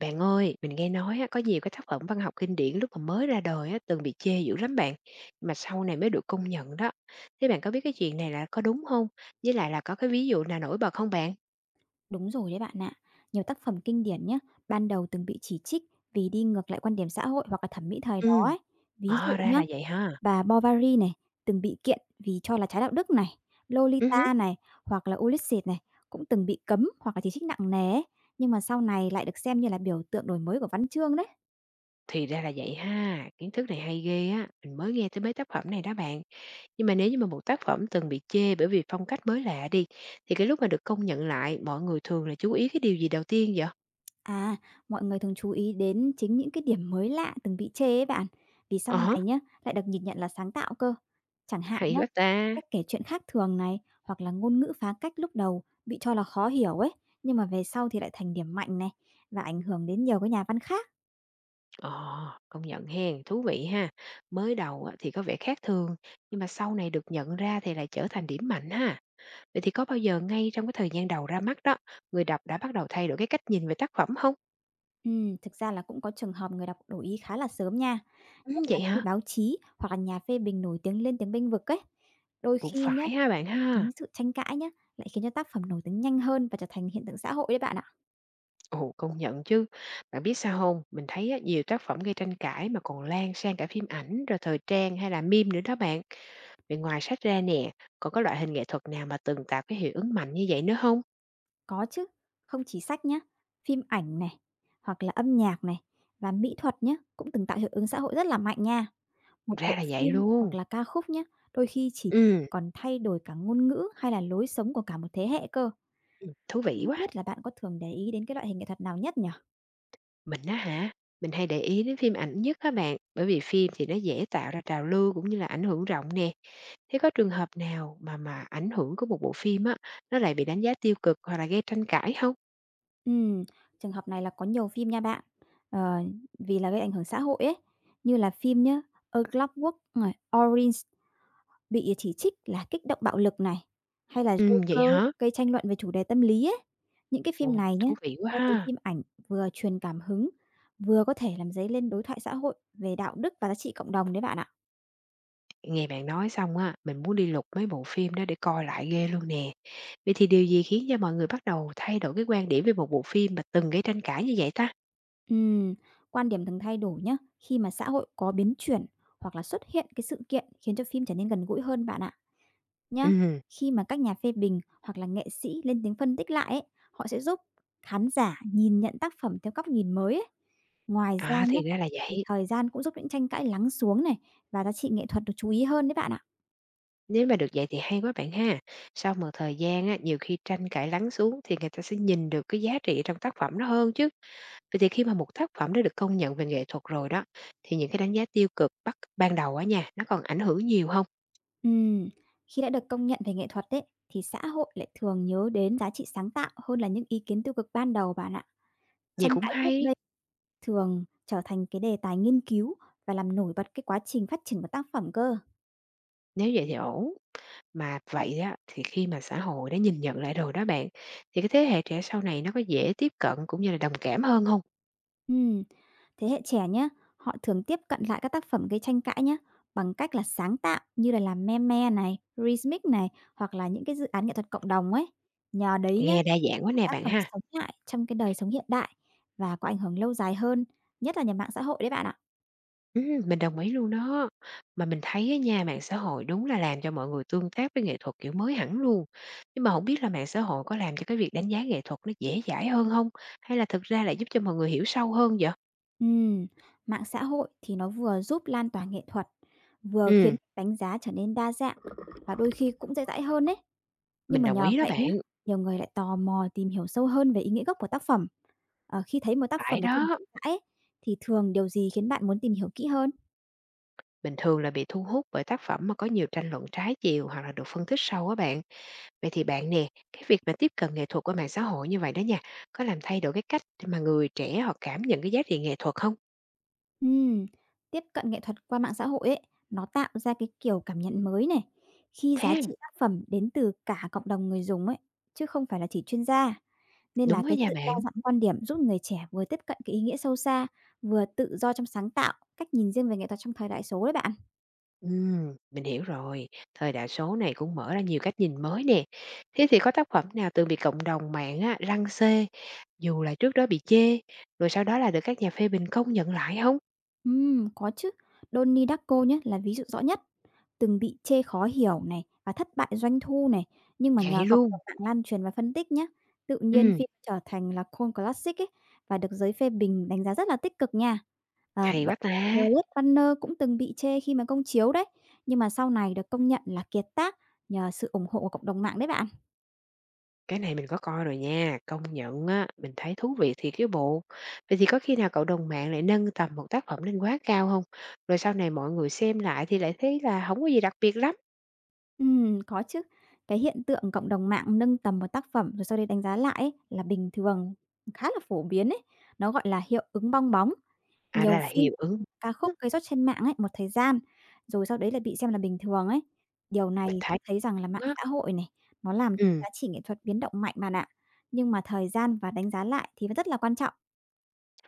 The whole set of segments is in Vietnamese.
Bạn ơi, mình nghe nói á, có nhiều cái tác phẩm văn học kinh điển lúc mà mới ra đời á, từng bị chê dữ lắm bạn, mà sau này mới được công nhận đó. Thế bạn có biết cái chuyện này là có đúng không? Với lại là có cái ví dụ nào nổi bật không bạn? Đúng rồi đấy bạn ạ. Nhiều tác phẩm kinh điển nhé ban đầu từng bị chỉ trích vì đi ngược lại quan điểm xã hội hoặc là thẩm mỹ thời đó Ừ. ấy. Ví dụ À, ra nhé là vậy ha. bà Bovary này, từng bị kiện vì cho là trái đạo đức này, Ừ hứ. Lolita này, hoặc là Ulysses này, cũng từng bị cấm hoặc là chỉ trích nặng nề ấy. Nhưng mà sau này lại được xem như là biểu tượng đổi mới của văn chương đấy. Thì ra là vậy ha. Kiến thức này hay ghê á. Mình mới nghe tới mấy tác phẩm này đó bạn. Nhưng mà nếu như mà một tác phẩm từng bị chê bởi vì phong cách mới lạ đi, thì cái lúc mà được công nhận lại, mọi người thường là chú ý cái điều gì đầu tiên vậy? À, mọi người thường chú ý đến chính những cái điểm mới lạ từng bị chê ấy bạn. Vì sau Ờ, này nhé lại được nhìn nhận là sáng tạo cơ. Chẳng hạn hay nhé quá ta. cách kể chuyện khác thường này, hoặc là ngôn ngữ phá cách lúc đầu bị cho là khó hiểu ấy, nhưng mà về sau thì lại thành điểm mạnh này và ảnh hưởng đến nhiều cái nhà văn khác. Ồ, công nhận hen, thú vị ha. Mới đầu á thì có vẻ khác thường, nhưng mà sau này được nhận ra thì lại trở thành điểm mạnh ha. Vậy thì có bao giờ ngay trong cái thời gian đầu ra mắt đó, người đọc đã bắt đầu thay đổi cái cách nhìn về tác phẩm không? Thực ra là cũng có trường hợp người đọc đổi ý khá là sớm nha, Ừ, nhất là vậy khi hả? báo chí hoặc là nhà phê bình nổi tiếng lên tiếng bênh vực ấy. Đôi Cũng khi nhá, phải ha bạn ha. chính sự tranh cãi nhá lại khiến cho tác phẩm nổi tiếng nhanh hơn và trở thành hiện tượng xã hội đấy bạn ạ. Ồ, công nhận chứ. Bạn biết sao không? Mình thấy á, nhiều tác phẩm gây tranh cãi mà còn lan sang cả phim ảnh, rồi thời trang hay là meme nữa đó bạn. Vậy ngoài sách ra nè, còn có loại hình nghệ thuật nào mà từng tạo cái hiệu ứng mạnh như vậy nữa không? Có chứ, không chỉ sách nhá, phim ảnh này, hoặc là âm nhạc này và mỹ thuật nhá cũng từng tạo hiệu ứng xã hội rất là mạnh nha. Một Ra bộ là vậy phim hoặc luôn. là ca khúc nhé, đôi khi chỉ Ừ. còn thay đổi cả ngôn ngữ hay là lối sống của cả một thế hệ cơ. Thú Không vị quá! biết là bạn có thường để ý đến cái loại hình nghệ thuật nào nhất nhỉ? Mình á hả, mình hay để ý đến phim ảnh nhất các bạn, bởi vì phim thì nó dễ tạo ra trào lưu cũng như là ảnh hưởng rộng nè. Thế có trường hợp nào mà ảnh hưởng của một bộ phim á, nó lại bị đánh giá tiêu cực hoặc là gây tranh cãi không? Ừm, trường hợp này là có nhiều phim nha bạn. Ờ, vì là gây ảnh hưởng xã hội ấy, như là phim nhá, A Clockwork, Orange bị chỉ trích là kích động bạo lực này, hay là Vậy Joker hả? gây tranh luận về chủ đề tâm lý ấy. Những cái phim Ồ, này thú nhé vị quá cho thấy ha! phim ảnh vừa truyền cảm hứng, vừa có thể làm dấy lên đối thoại xã hội về đạo đức và giá trị cộng đồng đấy bạn ạ. Nghe bạn nói xong á, mình muốn đi lục mấy bộ phim đó để coi lại ghê luôn nè. Vậy thì điều gì khiến cho mọi người bắt đầu thay đổi cái quan điểm về một bộ phim mà từng gây tranh cãi như vậy ta? Ừm, quan điểm thường thay đổi nhá, khi mà xã hội có biến chuyển hoặc là xuất hiện cái sự kiện khiến cho phim trở nên gần gũi hơn bạn ạ. Nhá. Ừm, Khi mà các nhà phê bình hoặc là nghệ sĩ lên tiếng phân tích lại ấy, họ sẽ giúp khán giả nhìn nhận tác phẩm theo góc nhìn mới ấy. Ngoài ra à, thì nhá, ra là thì vậy. thời gian cũng giúp những tranh cãi lắng xuống này và giá trị nghệ thuật được chú ý hơn đấy bạn ạ. Nếu mà được vậy thì hay quá bạn ha. Sau một thời gian á, nhiều khi tranh cãi lắng xuống thì người ta sẽ nhìn được cái giá trị trong tác phẩm nó hơn chứ. Vậy thì khi mà một tác phẩm đã được công nhận về nghệ thuật rồi đó, thì những cái đánh giá tiêu cực bắt ban đầu á nha, nó còn ảnh hưởng nhiều không? Ừm, khi đã được công nhận về nghệ thuật đấy thì xã hội lại thường nhớ đến giá trị sáng tạo hơn là những ý kiến tiêu cực ban đầu bạn ạ. Vậy Tranh cũng cãi trước hay, đây thường trở thành cái đề tài nghiên cứu và làm nổi bật cái quá trình phát triển của tác phẩm cơ. nếu vậy thì ổn. Mà vậy á, thì khi mà xã hội đã nhìn nhận lại rồi đó bạn, thì cái thế hệ trẻ sau này nó có dễ tiếp cận cũng như là đồng cảm hơn không? Ừm, thế hệ trẻ nhé họ thường tiếp cận lại các tác phẩm gây tranh cãi nhé bằng cách là sáng tạo như là làm meme này, remix này hoặc là những cái dự án nghệ thuật cộng đồng ấy. Nhờ đấy nhé Nghe đa dạng quá nè tác bạn phẩm ha. sống lại trong cái đời sống hiện đại và có ảnh hưởng lâu dài hơn, nhất là nhờ mạng xã hội đấy bạn ạ. Mình đồng ý luôn đó. Mà mình thấy á nha, mạng xã hội đúng là làm cho mọi người tương tác với nghệ thuật, kiểu, mới hẳn luôn. Nhưng mà không biết là mạng xã hội có làm cho cái việc đánh giá nghệ thuật nó dễ dãi hơn không? Hay là thực ra lại giúp cho mọi người hiểu sâu hơn vậy? Ừm, mạng xã hội thì nó vừa giúp lan tỏa nghệ thuật, vừa khiến Ừm, đánh giá trở nên đa dạng và đôi khi cũng dễ dãi hơn đấy. Nhưng mình mà đồng nhờ ý đó vậy nhé bạn, nhiều người lại tò mò tìm hiểu sâu hơn về ý nghĩa gốc của tác phẩm. Khi thấy một tác phẩm phải được trình đó. rộng rãi ấy, thì thường điều gì khiến bạn muốn tìm hiểu kỹ hơn? Mình thường là bị thu hút bởi tác phẩm mà có nhiều tranh luận trái chiều hoặc là được phân tích sâu á bạn. Vậy thì bạn nè, cái việc mà tiếp cận nghệ thuật qua mạng xã hội như vậy đó nha, có làm thay đổi cái cách mà người trẻ họ cảm nhận cái giá trị nghệ thuật không? Ừm, tiếp cận nghệ thuật qua mạng xã hội ấy, nó tạo ra cái kiểu cảm nhận mới này, khi Thế giá à? trị tác phẩm đến từ cả cộng đồng người dùng ấy, chứ không phải là chỉ chuyên gia. Nên là Đúng á cái nha sự đa bạn. dạng quan điểm giúp người trẻ vừa tiếp cận cái ý nghĩa sâu xa, vừa tự do trong sáng tạo, cách nhìn riêng về nghệ thuật trong thời đại số đấy bạn. Mình hiểu rồi. Thời đại số này cũng mở ra nhiều cách nhìn mới nè. Thế thì có tác phẩm nào từng bị cộng đồng mạng á, răng xê, dù là trước đó bị chê, rồi sau đó là được các nhà phê bình công nhận lại không? Có chứ. Donnie Darko nhé là ví dụ rõ nhất, từng bị chê khó hiểu này và thất bại doanh thu này, nhưng mà Vậy nhờ cộng luôn. đồng mạng lan truyền và phân tích nhé, tự nhiên Ừm, phim trở thành là cult classic ấy và được giới phê bình đánh giá rất là tích cực nha. À, hay quá ta. Blade Runner cũng từng bị chê khi mà công chiếu đấy, nhưng mà sau này được công nhận là kiệt tác nhờ sự ủng hộ của cộng đồng mạng đấy bạn. Cái này mình có coi rồi nha, công nhận á, mình thấy thú vị thiệt chứ bộ. Vậy thì có khi nào cộng đồng mạng lại nâng tầm một tác phẩm lên quá cao không? Rồi sau này mọi người xem lại thì lại thấy là không có gì đặc biệt lắm. Có chứ. Cái hiện tượng cộng đồng mạng nâng tầm một tác phẩm rồi sau đây đánh giá lại ấy, là bình thường, khá là phổ biến ấy. Nó gọi là hiệu ứng bong bóng. À, Nhiều ra là phim, hiệu ứng ca khúc gây sốt trên mạng ấy, một thời gian, rồi sau đấy là bị xem là bình thường ấy. Điều mình này cho thấy thấy rằng là mạng luôn á. xã hội này, nó làm cho Ừm. giá trị nghệ thuật biến động mạnh bạn ạ. Nhưng mà thời gian và đánh giá lại thì vẫn rất là quan trọng.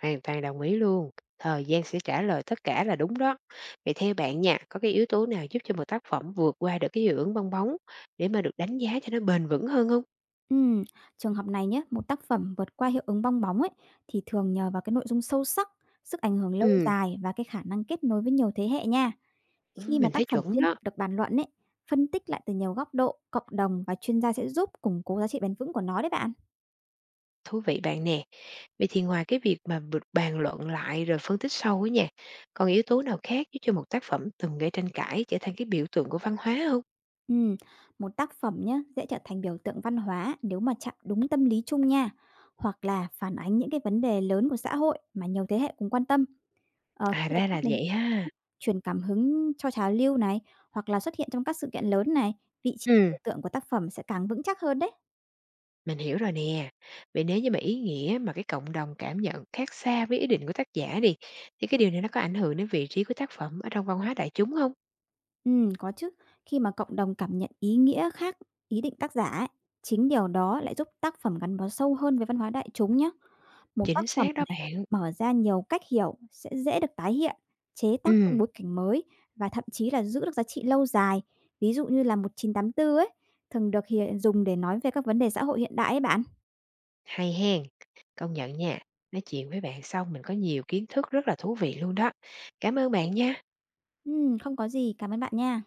Hoàn toàn đồng ý luôn, thời gian sẽ trả lời tất cả là đúng đó. Vậy theo bạn nha, có cái yếu tố nào giúp cho một tác phẩm vượt qua được cái hiệu ứng bong bóng để mà được đánh giá cho nó bền vững hơn không? Ừm, trường hợp này nhé, một tác phẩm vượt qua hiệu ứng bong bóng ấy thì thường nhờ vào cái nội dung sâu sắc, sức ảnh hưởng lâu Ừm, dài và cái khả năng kết nối với nhiều thế hệ nha. Khi mà mình tác thấy phẩm chuẩn liên đó, tục được bàn luận ấy, phân tích lại từ nhiều góc độ, cộng đồng và chuyên gia sẽ giúp củng cố giá trị bền vững của nó đấy bạn. thú vị bạn nè. Vậy thì ngoài cái việc mà bàn luận lại rồi phân tích sâu á nha, còn yếu tố nào khác giúp cho một tác phẩm từng gây tranh cãi trở thành cái biểu tượng của văn hóa không? Ừm, một tác phẩm nhé dễ trở thành biểu tượng văn hóa nếu mà chạm đúng tâm lý chung nha, hoặc là phản ánh những cái vấn đề lớn của xã hội mà nhiều thế hệ cùng quan tâm. Ờ, À, khi được ra nhắc là đến vậy ha. truyền cảm hứng cho trào lưu này, hoặc là xuất hiện trong các sự kiện lớn này, vị trí Ừm. biểu tượng của tác phẩm sẽ càng vững chắc hơn đấy. Mình hiểu rồi nè. Vậy nếu như mà ý nghĩa mà cái cộng đồng cảm nhận khác xa với ý định của tác giả đi, thì cái điều này nó có ảnh hưởng đến vị trí của tác phẩm ở trong văn hóa đại chúng không? Có chứ. Khi mà cộng đồng cảm nhận ý nghĩa khác ý định tác giả ấy, chính điều đó lại giúp tác phẩm gắn bó sâu hơn với văn hóa đại chúng nhá. Một Chính tác phẩm xác đó này bạn. mở ra nhiều cách hiểu sẽ dễ được tái hiện, chế tác trong Ừm, bối cảnh mới và thậm chí là giữ được giá trị lâu dài. Ví dụ như là 1984 ấy, thường được hiện dùng để nói về các vấn đề xã hội hiện đại ấy bạn. hay hen. Công nhận nha. Nói chuyện với bạn xong mình có nhiều kiến thức rất là thú vị luôn đó. Cảm ơn bạn nha. Không có gì. Cảm ơn bạn nha.